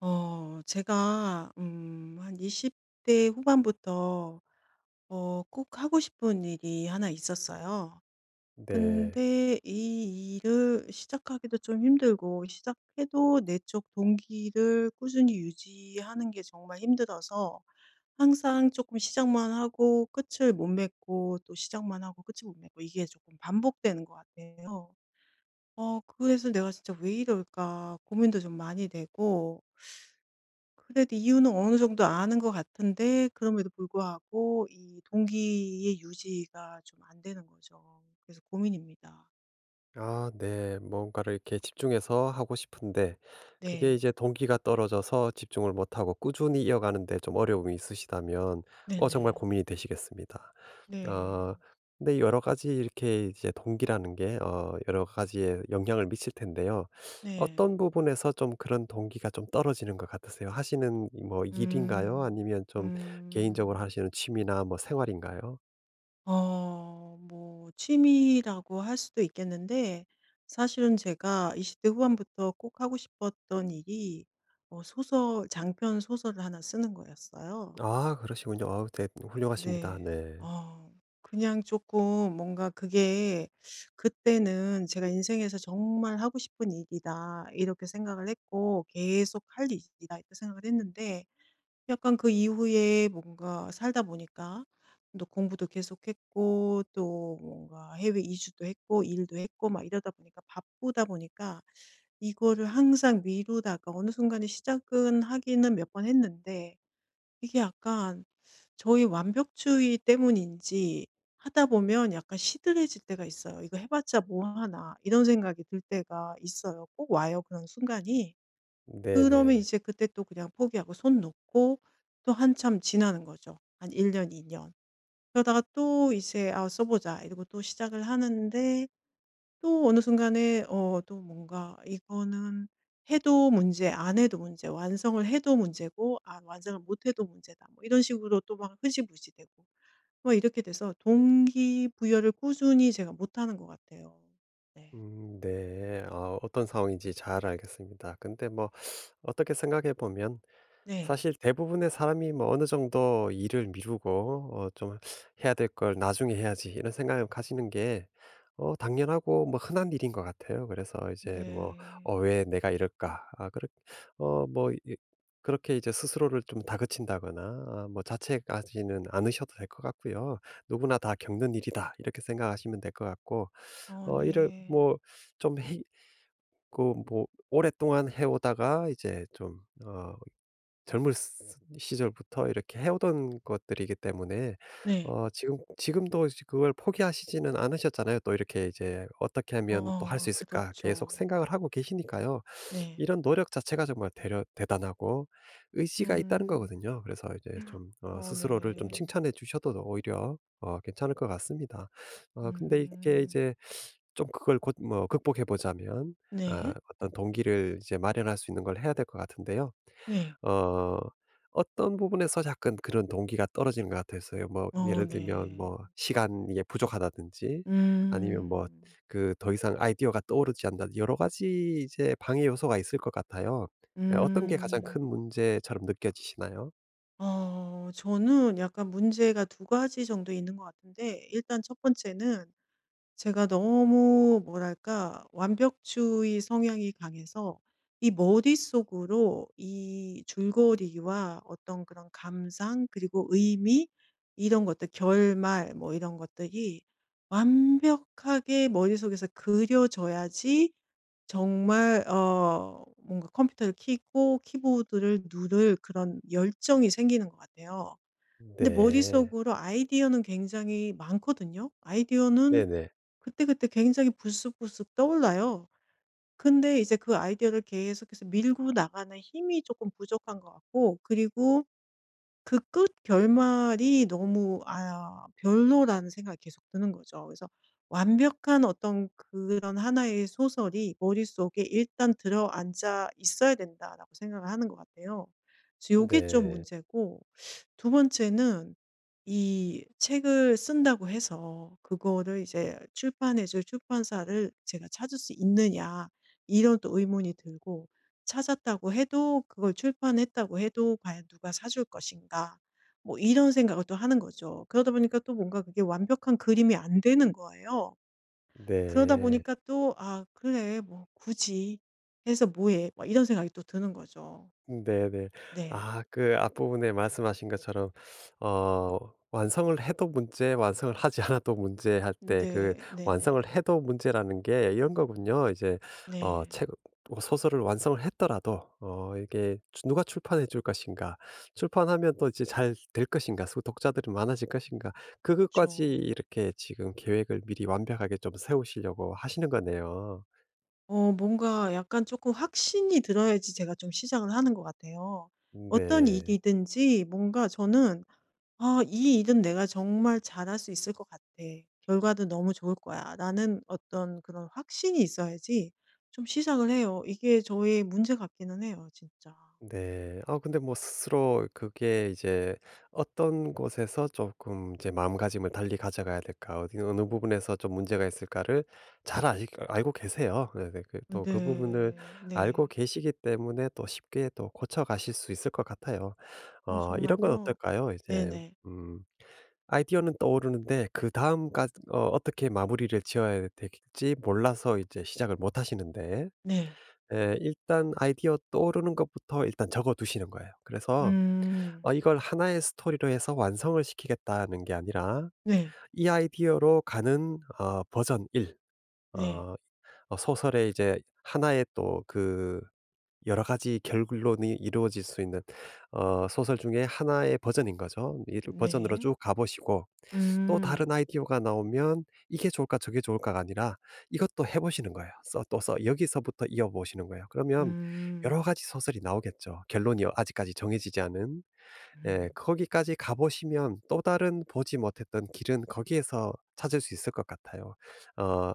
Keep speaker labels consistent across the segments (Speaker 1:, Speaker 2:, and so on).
Speaker 1: 제가 한 20대 후반부터 꼭 하고 싶은 일이 하나 있었어요.
Speaker 2: 네.
Speaker 1: 근데 이 일을 시작하기도 좀 힘들고 시작해도 내 쪽 동기를 꾸준히 유지하는 게 정말 힘들어서 항상 조금 시작만 하고 끝을 못 맺고 또 시작만 하고 끝을 못 맺고 이게 조금 반복되는 것 같아요. 그래서 '내가 진짜 왜 이럴까?' 고민도 좀 많이 되고 그래도 이유는 어느 정도 아는 것 같은데 그럼에도 불구하고 이 동기의 유지가 좀 안 되는 거죠. 그래서 고민입니다.
Speaker 2: 아 네. 뭔가를 이렇게 집중해서 하고 싶은데 그게
Speaker 1: 네.
Speaker 2: 이제 동기가 떨어져서 집중을 못 하고 꾸준히 이어가는 데 좀 어려움이 있으시다면 정말
Speaker 1: 네네.
Speaker 2: 고민이 되시겠습니다. 어
Speaker 1: 네.
Speaker 2: 근데 여러 가지 이렇게 이제 동기라는 게 여러 가지에 영향을 미칠 텐데요.
Speaker 1: 네.
Speaker 2: 어떤 부분에서 좀 그런 동기가 좀 떨어지는 것 같으세요? 하시는 뭐 일인가요?
Speaker 1: 음.
Speaker 2: 아니면 좀 개인적으로
Speaker 1: 음.
Speaker 2: 하시는 취미나 뭐 생활인가요?
Speaker 1: 뭐 취미라고 할 수도 있겠는데 사실은 제가 20대 후반부터 꼭 하고 싶었던 일이 소설, 장편 소설을 하나 쓰는 거였어요.
Speaker 2: 아 그러시군요. 아, 우 네, 훌륭하십니다.
Speaker 1: 네.
Speaker 2: 네.
Speaker 1: 어. 그냥 조금 뭔가 그게 그때는 '제가 인생에서 정말 하고 싶은 일이다.' 이렇게 생각을 했고 '계속 할 일이다.' 이렇게 생각을 했는데 약간 그 이후에 뭔가 살다 보니까 또 공부도 계속했고 또 뭔가 해외 이주도 했고 일도 했고 막 이러다 보니까 바쁘다 보니까 이거를 항상 미루다가 어느 순간에 시작은 하기는 몇 번 했는데 이게 약간 저희 완벽주의 때문인지 하다 보면 약간 시들해질 때가 있어요. '이거 해 봤자 뭐 하나.' 이런 생각이 들 때가 있어요. 꼭 와요, 그런 순간이. 그러면
Speaker 2: 네네.
Speaker 1: 이제 그때 또 그냥 포기하고 손 놓고 또 한참 지나는 거죠. 한 1년, 2년. 그러다가 또 이제 '아 써 보자.' 이러고 또 시작을 하는데 또 어느 순간에 또 뭔가 이거는 해도 문제, 안 해도 문제, 완성을 해도 문제고 아 완성을 못 해도 문제다. 뭐 이런 식으로 또 막 흐지부지 되고 뭐 이렇게 돼서 동기부여를 꾸준히 제가 못하는 것 같아요. 네.
Speaker 2: 네. 아 어떤 상황인지 잘 알겠습니다. 근데 뭐 어떻게 생각해 보면
Speaker 1: 네.
Speaker 2: 사실 대부분의 사람이 뭐 어느 정도 일을 미루고 좀 '해야 될 걸 나중에 해야지.' 이런 생각을 가지는 게 당연하고 뭐 흔한 일인 것 같아요. 그래서 이제 뭐
Speaker 1: 네.
Speaker 2: '어 왜 내가 이럴까?' 아 그렇 어 뭐 이 그렇게 이제 스스로를 좀 다그친다거나 아 뭐 자책하지는 않으셔도 될 것 같고요. '누구나 다 겪는 일이다.' 이렇게 생각하시면 될 것 같고
Speaker 1: 어
Speaker 2: 어 이를
Speaker 1: 네.
Speaker 2: 뭐 좀 해 그 뭐 오랫동안 해 오다가 이제 좀어 젊을 스 시절부터 이렇게 해오던 것들이기 때문에
Speaker 1: 네.
Speaker 2: 지금도 이제 그걸 포기하시지는 않으셨잖아요. 또 이렇게 이제 '어떻게 하면 또 할 수 있을까.' 계속
Speaker 1: 그렇죠.
Speaker 2: 생각을 하고 계시니까요.
Speaker 1: 네.
Speaker 2: 이런 노력 자체가 정말 대려 대단하고 의지가 있다는
Speaker 1: 음.
Speaker 2: 거거든요. 그래서 이제 좀
Speaker 1: 어
Speaker 2: 스스로를 좀
Speaker 1: 네.
Speaker 2: 칭찬해 주셔도 오히려 괜찮을 것 같습니다. 근데 이게
Speaker 1: 음.
Speaker 2: 이제 좀 그걸 곧 뭐 극복해 보자면 아
Speaker 1: 네.
Speaker 2: 어떤 동기를 이제 마련할 수 있는 걸 해야 될 것 같은데요.
Speaker 1: 네.
Speaker 2: 어 어떤 부분에서 약간 그런 동기가 떨어지는 것 같아서요. 뭐
Speaker 1: 어
Speaker 2: 예를 들면
Speaker 1: 네.
Speaker 2: 뭐 시간이 부족하다든지 아니면 뭐
Speaker 1: 음.
Speaker 2: 그 더 이상 아이디어가 떠오르지 않는다. 여러 가지 이제 방해 요소가 있을 것 같아요. 예, 어떤 게 가장
Speaker 1: 음.
Speaker 2: 큰 문제처럼 느껴지시나요?
Speaker 1: 저는 약간 문제가 두 가지 정도 있는 것 같은데 일단 첫 번째는 제가 너무 뭐랄까 완벽주의 성향이 강해서 이 머릿속으로 이 줄거리와 어떤 그런 감상 그리고 의미 이런 것들 결말 뭐 이런 것들이 완벽하게 머릿속에서 그려져야지 정말 뭔가 컴퓨터를 켜고 키보드를 누를 그런 열정이 생기는 것 같아요. 근데
Speaker 2: 네.
Speaker 1: 머릿속으로 아이디어는 굉장히 많거든요. 아이디어는
Speaker 2: 네네.
Speaker 1: 그때그때 굉장히 불쑥불쑥 떠올라요. 근데 이제 그 아이디어를 계속해서 밀고 나가는 힘이 조금 부족한 것 같고 그리고 그 끝 결말이 너무 아 별로라는 생각이 계속 드는 거죠. 그래서 완벽한 어떤 그런 하나의 소설이 머릿속에 일단 들어앉아 있어야 된다라고 생각을 하는 것 같아요. 그래서 요게 좀
Speaker 2: 네.
Speaker 1: 문제고 두 번째는 이 책을 쓴다고 해서 그거를 이제 출판해 줄 출판사를 제가 찾을 수 있느냐 이런 또 의문이 들고 찾았다고 해도 그걸 출판했다고 해도 과연 누가 사줄 것인가 뭐 이런 생각을 또 하는 거죠. 그러다 보니까 또 뭔가 그게 완벽한 그림이 안 되는 거예요. 그러다
Speaker 2: 네.
Speaker 1: 보니까 또 '아 그래 뭐 굳이 해서 뭐해.' 막 이런 생각이 또 드는 거죠.
Speaker 2: 네네.
Speaker 1: 네.
Speaker 2: 아 그 앞부분에 말씀하신 것처럼 어 완성을 해도 문제, 완성을 하지 않아도 문제 할 때, 그
Speaker 1: 네. 네네.
Speaker 2: 완성을
Speaker 1: 네.
Speaker 2: 해도 문제라는 게 이런 거군요. 이제 어
Speaker 1: 네,
Speaker 2: 책 뭐 소설을 완성을 했더라도 어 이게 누가 출판해 줄 것인가? 출판하면 또 이제 잘 될 것인가? 수 독자들이 많아질 것인가? 그것까지
Speaker 1: 그쵸.
Speaker 2: 이렇게 지금 계획을 미리 완벽하게 좀 세우시려고 하시는 거네요.
Speaker 1: 뭔가 약간 조금 확신이 들어야지 제가 좀 시작을 하는 것 같아요. 어떤
Speaker 2: 네.
Speaker 1: 일이든지 뭔가 저는 '아 이 일은 내가 정말 잘할 수 있을 것 같아. 결과도 너무 좋을 거야.'라는 어떤 그런 확신이 있어야지 좀 시작을 해요. 이게 저의 문제 같기는 해요 진짜.
Speaker 2: 네. 아 근데 뭐 스스로 그게 이제 어떤 곳에서 조금 이제 마음가짐을 달리 가져가야 될까, 어디 어느 부분에서 좀 문제가 있을까를 잘아 알고 계세요. 네네. 그 또 그 부분을
Speaker 1: 네.
Speaker 2: 알고
Speaker 1: 네.
Speaker 2: 계시기 때문에 또 쉽게 또 고쳐가실 수 있을 것 같아요. 이런 건
Speaker 1: 정말요?
Speaker 2: 어떨까요? 이제
Speaker 1: 네네.
Speaker 2: 음 아이디어는 떠오르는데 그다음 까 어 어떻게 마무리를 지어야 될지 몰라서 이제 시작을 못 하시는데,
Speaker 1: 네.
Speaker 2: 예, 일단 아이디어 떠오르는 것부터 일단 적어 두시는 거예요. 그래서
Speaker 1: 음.
Speaker 2: 이걸 하나의 스토리로 해서 완성을 시키겠다는 게 아니라
Speaker 1: 네.
Speaker 2: 이 아이디어로 가는 버전 1,
Speaker 1: 네.
Speaker 2: 어 소설의 이제 하나의 또 그 여러 가지 결론이 이루어질 수 있는 소설 중에 하나의 버전인 거죠. 이 버전으로
Speaker 1: 네.
Speaker 2: 쭉 가 보시고 또 다른
Speaker 1: 음.
Speaker 2: 아이디어가 나오면 '이게 좋을까? 저게 좋을까?'가 아니라 이것도 해 보시는 거예요. 써 또 써 여기서부터 이어보시는 거예요. 그러면 여러
Speaker 1: 음.
Speaker 2: 가지 소설이 나오겠죠. 결론이 아직까지 정해지지 않은. 예.
Speaker 1: 음.
Speaker 2: 거기까지 가 보시면 또 다른 보지 못했던 길은 거기에서 찾을 수 있을 것 같아요. 어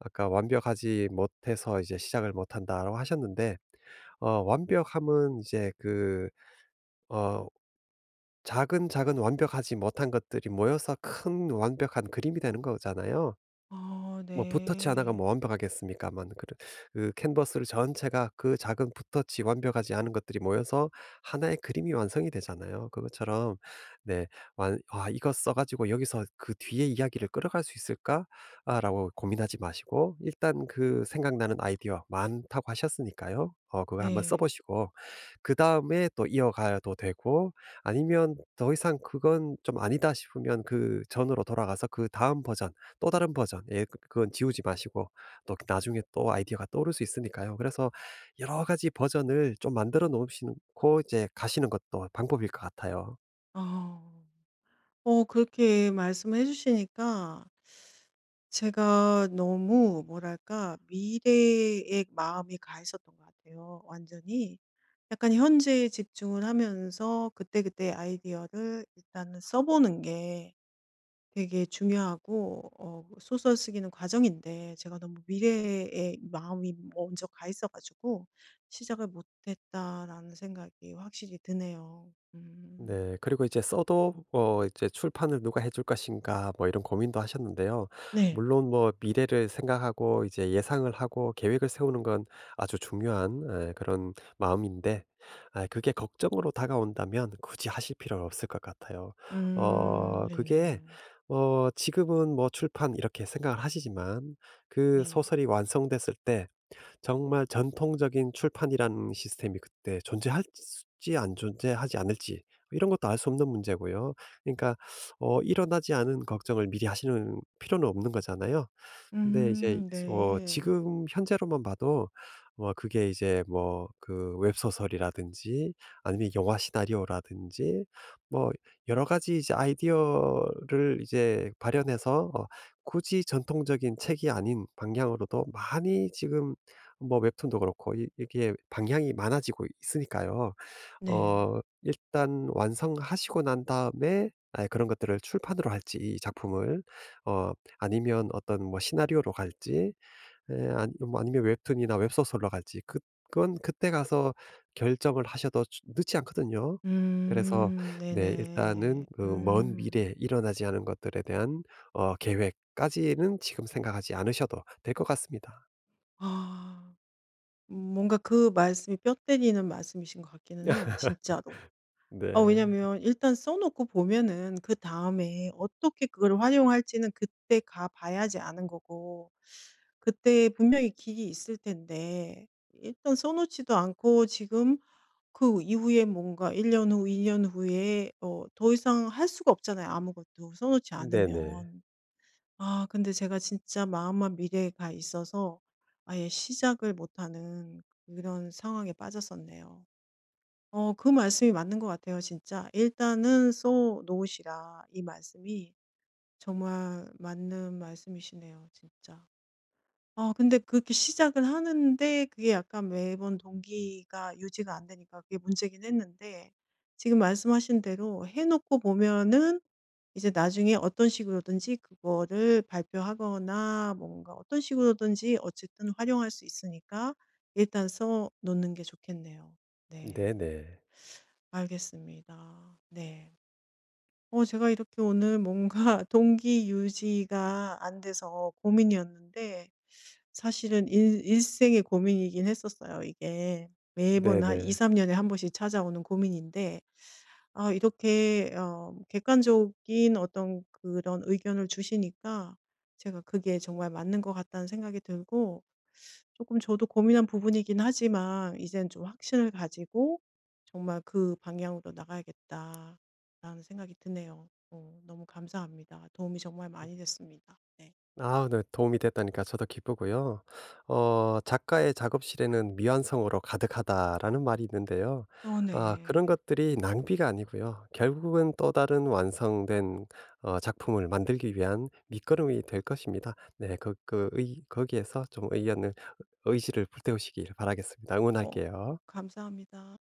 Speaker 2: 아까 "완벽하지 못해서 이제 시작을 못 한다."라고 하셨는데, 완벽함은 이제 그어 작은 작은 완벽하지 못한 것들이 모여서 큰 완벽한 그림이 되는 거잖아요.
Speaker 1: 어
Speaker 2: 뭐 붓터치 하나가
Speaker 1: 네.
Speaker 2: 뭐 완벽하겠습니까만, 그 캔버스를 전체가 그 작은 붓터치 완벽하지 않은 것들이 모여서 하나의 그림이 완성이 되잖아요. 그것처럼, 네, 완 와 '이거 써 가지고 여기서 그 뒤에 이야기를 끌어갈 수 있을까?'라고 고민하지 마시고 일단 그 생각나는 아이디어 많다고 하셨으니까요. 그걸 한번 써
Speaker 1: 네.
Speaker 2: 보시고 그다음에 또 이어가도 되고 아니면 더 이상 그건 좀 아니다 싶으면 그 전으로 돌아가서 그다음 버전, 또 다른 버전, 예 그건 지우지 마시고 또 나중에 또 아이디어가 떠오를 수 있으니까요. 그래서 여러 가지 버전을 좀 만들어 놓으시고 이제 가시는 것도 방법일 것 같아요.
Speaker 1: 어. 그렇게 말씀해 주시니까 제가 너무 뭐랄까 미래에 마음이 가 있었던 것 같아요 완전히. 약간 현재에 집중을 하면서 그때그때 아이디어를 일단은 써 보는 게 되게 중요하고 소설 쓰기는 과정인데 제가 너무 미래에 마음이 먼저 가 있어 가지고 '시작을 못 했다.'라는 생각이 확실히 드네요. 음.
Speaker 2: 네. 그리고 이제 써도 이제 '출판을 누가 해줄 것인가.' 뭐 이런 고민도 하셨는데요.
Speaker 1: 네.
Speaker 2: 물론 뭐 미래를 생각하고 이제 예상을 하고 계획을 세우는 건 아주 중요한 그런 마음인데 아 그게 걱정으로 다가온다면 굳이 하실 필요는 없을 것 같아요.
Speaker 1: 네네.
Speaker 2: 그게
Speaker 1: 네.
Speaker 2: 지금은 뭐 '출판.' 이렇게 생각을 하시지만 그
Speaker 1: 네.
Speaker 2: 소설이 완성됐을 때 정말 전통적인 출판이라는 시스템이 그때 존재할지 안 존재하지 않을지 이런 것도 알 수 없는 문제고요. 그러니까 일어나지 않은 걱정을 미리 하시는 필요는 없는 거잖아요. 근데 이제
Speaker 1: 네.
Speaker 2: 지금 현재로만 봐도 뭐 그게 이제 뭐 그 웹소설이라든지 아니면 영화 시나리오라든지 뭐 여러 가지 이제 아이디어를 이제 발현해서 굳이 전통적인 책이 아닌 방향으로도 많이 지금 뭐 웹툰도 그렇고 이 이게 방향이 많아지고 있으니까요.
Speaker 1: 네.
Speaker 2: 일단 완성하시고 난 다음에 아 그런 것들을 출판으로 할지, 이 작품을 어 아니면 어떤 뭐 시나리오로 갈지, 에, 아니 뭐 아니면 웹툰이나 웹소설로 갈지 그건 그때 가서 결정을 하셔도 주 늦지 않거든요. 그래서 네, 일단은
Speaker 1: 네네.
Speaker 2: 그 먼 미래에
Speaker 1: 음.
Speaker 2: 일어나지 않은 것들에 대한 계획까지는 지금 생각하지 않으셔도 될 것 같습니다.
Speaker 1: 아. 뭔가 그 말씀이 뼈 때리는 말씀이신 것 같기는 해요 진짜로.
Speaker 2: 네.
Speaker 1: 왜냐면 일단 써 놓고 보면은 그다음에 어떻게 그걸 활용할지는 그때 가 봐야지 아는 거고 그때 분명히 길이 있을 텐데 일단 써 놓지도 않고 지금 그 이후에 뭔가 1년 후, 2년 후에 더 이상 할 수가 없잖아요 아무것도 써 놓지
Speaker 2: 네네.
Speaker 1: 않으면. 아 근데 제가 진짜 마음만 미래가 있어서 아예 시작을 못하는 그런 상황에 빠졌었네요. 그 말씀이 맞는 것 같아요 진짜. "일단은 써 놓으시라." 이 말씀이 정말 맞는 말씀이시네요 진짜. 아 근데 그렇게 시작을 하는데 그게 약간 매번 동기가 유지가 안 되니까 그게 문제긴 했는데 지금 말씀하신 대로 해 놓고 보면은 이제 나중에 어떤 식으로든지 그거를 발표하거나 뭔가 어떤 식으로든지 어쨌든 활용할 수 있으니까 일단 써 놓는 게 좋겠네요. 네.
Speaker 2: 네네.
Speaker 1: 알겠습니다. 네. 제가 이렇게 오늘 뭔가 동기 유지가 안 돼서 고민이었는데 사실은 일 일생의 고민이긴 했었어요, 이게. 매번 한
Speaker 2: 네네.
Speaker 1: 2-3 년에 한 번씩 찾아오는 고민인데 아 이렇게 객관적인 어떤 그런 의견을 주시니까 제가 그게 정말 맞는 것 같다는 생각이 들고 조금 저도 고민한 부분이긴 하지만 이젠 좀 확신을 가지고 '정말 그 방향으로 나가야겠다.'라는 생각이 드네요. 너무 감사합니다. 도움이 정말 많이 됐습니다. 네.
Speaker 2: 아 네. 도움이 됐다니까 저도 기쁘고요. "작가의 작업실에는 미완성으로 가득하다."라는 말이 있는데요.
Speaker 1: 어
Speaker 2: 아 그런
Speaker 1: 네.
Speaker 2: 것들이 낭비가 아니고요. 결국은 또 다른 완성된 작품을 만들기 위한 밑거름이 될 것입니다. 네. 거 그 의 거기에서 좀 의견을 의지를 불태우시길 바라겠습니다.
Speaker 1: 어
Speaker 2: 응원할게요.
Speaker 1: 감사합니다.